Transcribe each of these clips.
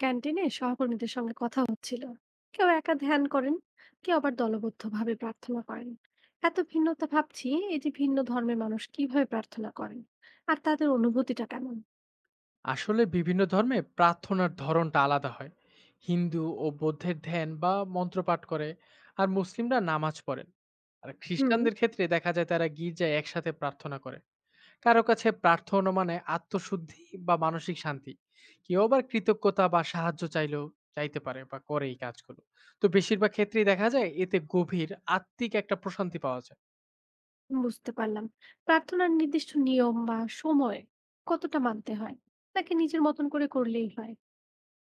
ক্যান্টিনে সহকর্মীদের সঙ্গে কথা হচ্ছিল। কেউ একা ধ্যান করেন, কেউ আবার দলবদ্ধভাবে প্রার্থনা করেন। এত ভিন্নতা! ভাবছি, এই যে ভিন্ন ধর্মের মানুষ কিভাবে প্রার্থনা করেন আর তাদের অনুভূতিটা কেমন। আসলে বিভিন্ন ধর্মে প্রার্থনার ধরনটা আলাদা হয়। হিন্দু ও বৌদ্ধের ধ্যান বা মন্ত্রপাঠ করে, আর মুসলিমরা নামাজ পড়েন, আর হুম, খ্রিস্টানদের ক্ষেত্রে দেখা যায় তারা গির্জায় একসাথে প্রার্থনা করে। কারো কাছে প্রার্থনা মানে আত্মশুদ্ধি বা মানসিক শান্তি, কেউ আবার কৃতজ্ঞতা বা সাহায্য চাইলেও চাইতে পারে বা করে এই কাজগুলো। তো বেশিরভাগ ক্ষেত্রেই দেখা যায় এতে গভীর আত্মিক একটা প্রশান্তি পাওয়া যায়। বুঝতে পারলাম। প্রার্থনার নির্দিষ্ট নিয়ম বা সময় কতটা মানতে হয়, নাকি নিজের মতন করে করলেই হয়?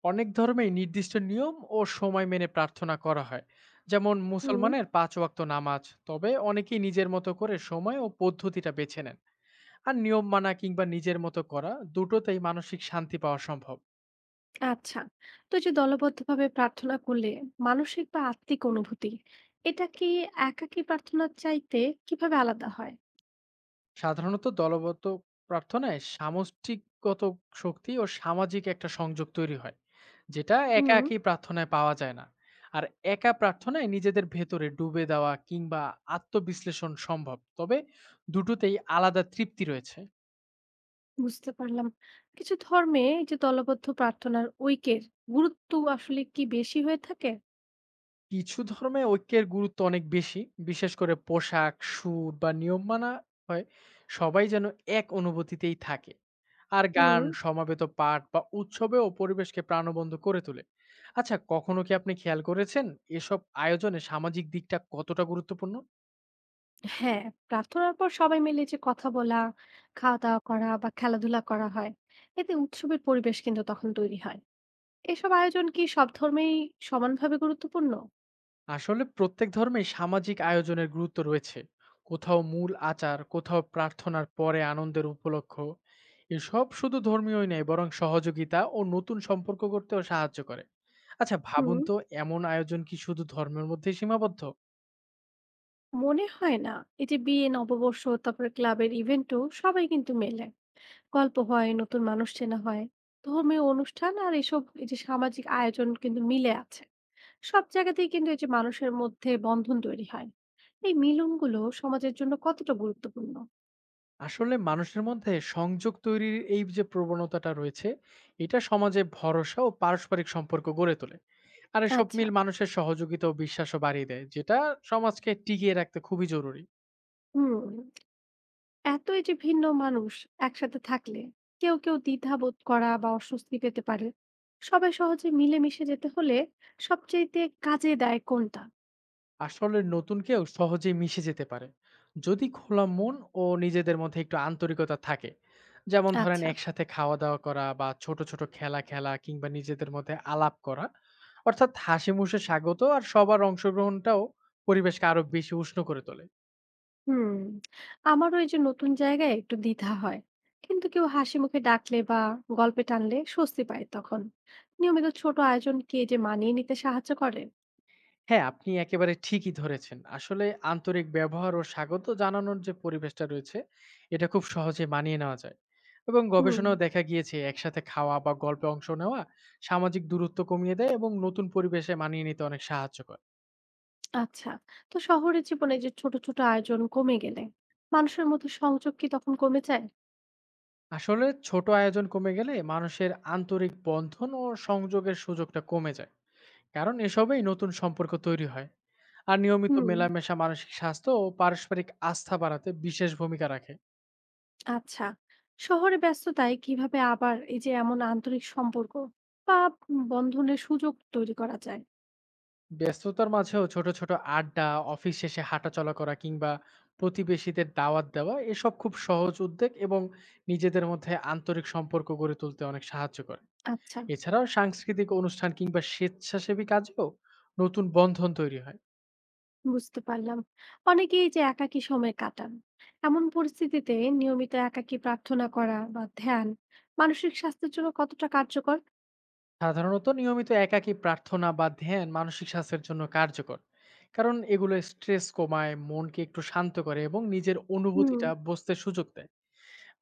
অনেক ধর্মেই নির্দিষ্ট নিয়ম ও সময় মেনে প্রার্থনা করা হয়, যেমন হুম। মুসলমানের 5 ওয়াক্ত নামাজ। তবে অনেকেই নিজের মতো করে সময় ও পদ্ধতিটা বেছে নেন, আর নিয়ম মানা কিংবা নিজের মতো করা দুটোতেই মানসিক শান্তি পাওয়া সম্ভব। আচ্ছা, তো এই যে দলবদ্ধভাবে প্রার্থনা করলে মানসিক বা আত্মিক অনুভূতি, এটা কি একাকী প্রার্থনার চাইতে কিভাবে আলাদা হয়? সাধারণত দলগত প্রার্থনায় সামষ্টিকগত শক্তি ও সামাজিক একটা সংযোগ তৈরি হয়, যেটা একা হুম, একই প্রার্থনায় পাওয়া যায় না। আর একা প্রার্থনায় নিজেদের ভেতরে ডুবে দেওয়া কিংবা আত্মবিশ্লেষণ সম্ভব, তবে দুটোতেই আলাদা তৃপ্তি রয়েছে। বুঝতে পারলাম। কিছু ধর্মে এই যে দলবদ্ধ প্রার্থনার ঐক্যের গুরুত্ব আসলে কি বেশি হয়ে থাকে? কিছু ধর্মে ঐক্যের গুরুত্ব অনেক বেশি। বিশেষ করে পোশাক, সুর বা নিয়ম মানা হয় সবাই যেন এক অনুভূতিতেই থাকে। আর হুম। গান, সমাবেত পাঠ বা উৎসবেও পরিবেশকে প্রাণবন্ত করে তোলে। আচ্ছা, কখনো কি আপনি খেয়াল করেছেন এসব আয়োজনে সামাজিক দিকটা কতটা গুরুত্বপূর্ণ? হ্যাঁ, প্রার্থনার পর সবাই মিলে যে কথা বলা, খাওয়া-দাওয়া করা বা খেলাধুলা করা হয়। এতে উৎসবের পরিবেশ কিন্তু তখন তৈরি হয়। এসব আয়োজন কি সব ধর্মেই সমানভাবে গুরুত্বপূর্ণ? আসলে প্রত্যেক ধর্মেই সামাজিক আয়োজনের গুরুত্ব রয়েছে, কোথাও মূল আচার, কোথাও প্রার্থনার পরে আনন্দের উপলক্ষ। এসব শুধু ধর্মীয়ই নয়, বরং সহযোগিতা ও নতুন সম্পর্ক করতেও সাহায্য করে। আচ্ছা হুম। ভাবুন তো, এমন আয়োজন কি শুধু ধর্মের মধ্যে সীমাবদ্ধ? মনে হয় না। এই যে বিয়ে, নববর্ষ, তারপরে ক্লাবের ইভেন্টও সবাই কিন্তু মেলে। গল্প হয়, নতুন মানুষ চেনা হয়। ধর্মীয় অনুষ্ঠান আর এসব এই যে সামাজিক আয়োজন কিন্তু মিলে আছে। সব জায়গাতেই কিন্তু এই যে মানুষের মধ্যে বন্ধন তৈরি হয়। এই মিলনগুলো সমাজের জন্য কতটা গুরুত্বপূর্ণ? আসলে মানুষের মধ্যে সংযোগ তৈরির এই যে প্রবণতাটা রয়েছে, এটা সমাজে ভরসা ও পারস্পরিক সম্পর্ক গড়ে তোলে। আর এসব আচ্ছা। মিল মানুষের সহযোগিতা ও বিশ্বাসও বাড়িয়ে দেয়, যেটা সমাজকে টিকিয়ে রাখতে খুবই জরুরি। হুম। এত এই যে ভিন্ন মানুষ একসাথে থাকলে কেউ কেউ দ্বিধাবোধ করা বা অস্বস্তি পেতে পারে। সবাই সহজে মিলেমিশে যেতে হলে সবচেয়েতে কাজে দেয় কোনটা? আসলে নতুন কেউ সহজেই মিশে যেতে পারে যদি খোলা মন ও নিজেদের মধ্যে একটু আন্তরিকতা থাকে। যেমন ধরেন আচ্ছা। একসাথে খাওয়া দাওয়া করা বা ছোট ছোট খেলা খেলা কিংবা নিজেদের মধ্যে আলাপ করা। অর্থাৎ হাসি মুখে স্বাগত আর সবার অংশগ্রহণটাও পরিবেশকে আরো বেশি উষ্ণ করে তোলে। হুম, আমারও এই যে নতুন জায়গায় একটু দ্বিধা হয়, কিন্তু কেউ হাসি মুখে ডাকলে বা গল্পে টানলে স্বস্তি পায়। তখন নিয়মিত ছোট আয়োজন কি এই যে মানিয়ে নিতে সাহায্য করে? হ্যাঁ, আপনি একেবারে ঠিকই ধরেছেন। আসলে আন্তরিক ব্যবহার ও স্বাগত জানানোর যে পরিবেশটা রয়েছে, এটা খুব সহজে মানিয়ে নেওয়া যায়। এবং হুম। গবেষণাও দেখা গিয়েছে একসাথে খাওয়া বা গল্পে অংশ নেওয়া সামাজিক দূরত্ব কমিয়ে দেয় এবং নতুন পরিবেশে মানিয়ে নিতে অনেক সাহায্য করে। আচ্ছা, তো শহরের জীবনে যে ছোট ছোট আয়োজন কমে গেলে মানুষের মধ্যে সংযোগ কি তখন কমে যায়? আসলে ছোট আয়োজন কমে গেলে মানুষের আন্তরিক বন্ধন ও সংযোগের সুযোগটা কমে যায়। কারণ এসবেই নতুন সম্পর্ক তৈরি হয়। আর নিয়মিত হুম। মেলামেশা মানসিক স্বাস্থ্য ও পারস্পরিক আস্থা বাড়াতে বিশেষ ভূমিকা রাখে। আচ্ছা, শহরে ব্যস্ততায় কিভাবে আবার এই যে এমন আন্তরিক সম্পর্ক বা বন্ধনের সুযোগ তৈরি করা যায়? ব্যস্ততার মাঝেও ছোট ছোট আড্ডা, অফিস শেষে হাঁটাচলা করা কিংবা প্রতিবেশীদের দাওয়াত দেওয়া, এসব খুব সহজ উদ্যোগ এবং নিজেদের মধ্যে আন্তরিক সম্পর্ক গড়ে তুলতে অনেক সাহায্য করে। আচ্ছা, এছাড়াও সাংস্কৃতিক অনুষ্ঠান কিংবা স্বেচ্ছাসেবী কাজেও নতুন বন্ধন তৈরি হয়। বুঝতে পারলাম। অনেকেই এই যে একাকী সময় কাটান, এমন পরিস্থিতিতে নিয়মিত একাকী প্রার্থনা করা বা ধ্যান মানসিক স্বাস্থ্যের জন্য কতটা কার্যকর? সাধারণত নিয়মিত একাকী প্রার্থনা বা ধ্যান মানসিক স্বাস্থ্যের জন্য কার্যকর। কারণ এগুলো স্ট্রেস কমায়, মনকে একটু শান্ত করে এবং নিজের হুম। অনুভূতিটা বুঝতে সুযোগ দেয়।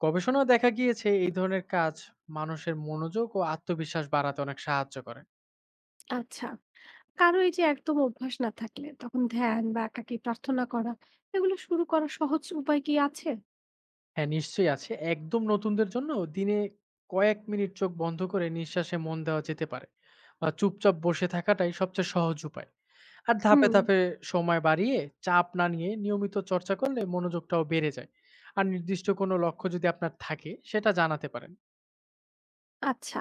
গবেষণায় দেখা গিয়েছে এই ধরনের কাজ মানুষের মনোযোগ ও আত্মবিশ্বাস বাড়াতে অনেক সাহায্য করে। আচ্ছা, কারো এই যে একদম অভ্যাস না থাকলে তখন ধ্যান বা একাকী প্রার্থনা করা, এগুলো শুরু করার সহজ উপায় কি আছে? হ্যাঁ, নিশ্চয়ই আছে। একদম নতুনদের জন্য দিনে কয়েক মিনিট চোখ বন্ধ করে নিঃশ্বাসে মন দেওয়া যেতে পারে, বা চুপচাপ বসে থাকাটাই সবচেয়ে সহজ উপায়। আর ধাপে হুম। ধাপে সময় বাড়িয়ে, চাপ না নিয়ে নিয়মিত চর্চা করলে মনোযোগটাও বেড়ে যায়। আর নির্দিষ্ট কোনো লক্ষ্য যদি আপনার থাকে, সেটা জানাতে পারেন। আচ্ছা,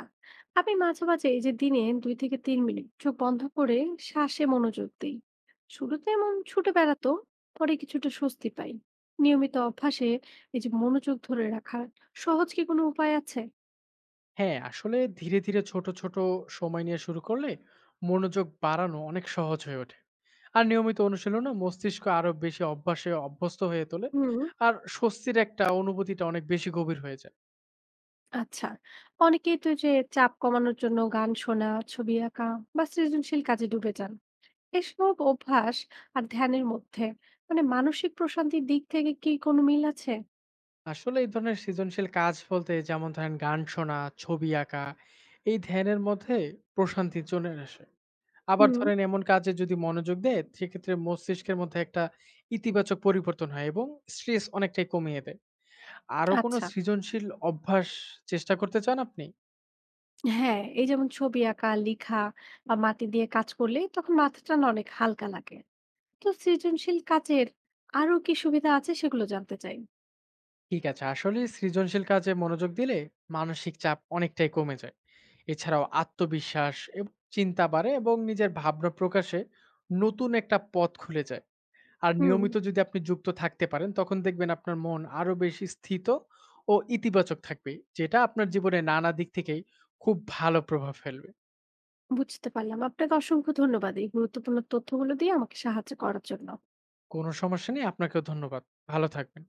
আমি মাঝে মাঝে এই যে দিনে 2 থেকে 3 মিনিট চোখ বন্ধ করে শ্বাসে মনোযোগ দিই। শুরুতে এমন ছুটে বেড়াতো, পরে কিছুটা স্বস্তি পাই। নিয়মিত অভ্যাসে এই যে মনোযোগ ধরে রাখার সহজ কি কোনো উপায় আছে? হ্যাঁ, আসলে ধীরে ধীরে ছোট ছোট সময় নিয়ে শুরু করলে মনোযোগ বাড়ানো অনেক সহজ হয়ে ওঠে। আর নিয়মিত অনুশীলনও মস্তিষ্ক আরো বেশি অভ্যাসে অভ্যস্ত হয়ে তোলে। হুম। আর স্বস্তির একটা অনুভূতিটা অনেক বেশি গভীর হয়ে যায়। আচ্ছা, অনেকেই তো এই যে চাপ কমানোর জন্য গান শোনা, ছবি আঁকা বা সৃজনশীল কাজে ডুবে যান। এসব অভ্যাস আর ধ্যানের মধ্যে মানে মানসিক প্রশান্তির দিক থেকে কি কোনো মিল আছে? আসলে এই ধরনের সৃজনশীল কাজ, বলতে যেমন ধরেন গান শোনা, ছবি আঁকা, এই ধ্যানের মধ্যে প্রশান্তি চলে আসে। আবার হুম। ধরেন এমন কাজে যদি মনোযোগ দেয়, সেক্ষেত্রে মস্তিষ্কের মধ্যে একটা ইতিবাচক পরিবর্তন হয় এবং স্ট্রেস অনেকটাই কমিয়ে দেয়। আরো কোনো আচ্ছা। সৃজনশীল অভ্যাস চেষ্টা করতে চান আপনি? হ্যাঁ, এই যেমন ছবি আঁকা, লেখা বা মাটি দিয়ে কাজ করলে তখন মাথাটা না অনেক হালকা লাগে। তো সৃজনশীল কাজের আরো কি সুবিধা আছে সেগুলো জানতে চাই। ঠিক আছে, আসলে সৃজনশীল কাজে মনোযোগ দিলে মানসিক চাপ অনেকটাই কমে যায়। এছাড়াও আত্মবিশ্বাস এবং চিন্তা বাড়ে এবং নিজের ভাবনা প্রকাশে নতুন একটা পথ খুলে যায়। আর হুম, নিয়মিত যদি আপনি যুক্ত থাকতে পারেন, তখন দেখবেন আপনার মন আরো বেশি স্থিত ও ইতিবাচক থাকবে, যেটা আপনার জীবনে নানা দিক থেকেই খুব ভালো প্রভাব ফেলবে। বুঝতে পারলাম। আপনাকে অসংখ্য ধন্যবাদ এই গুরুত্বপূর্ণ তথ্যগুলো দিয়ে আমাকে সাহায্য করার জন্য। কোনো সমস্যা নেই, আপনাকেও ধন্যবাদ। ভালো থাকবেন।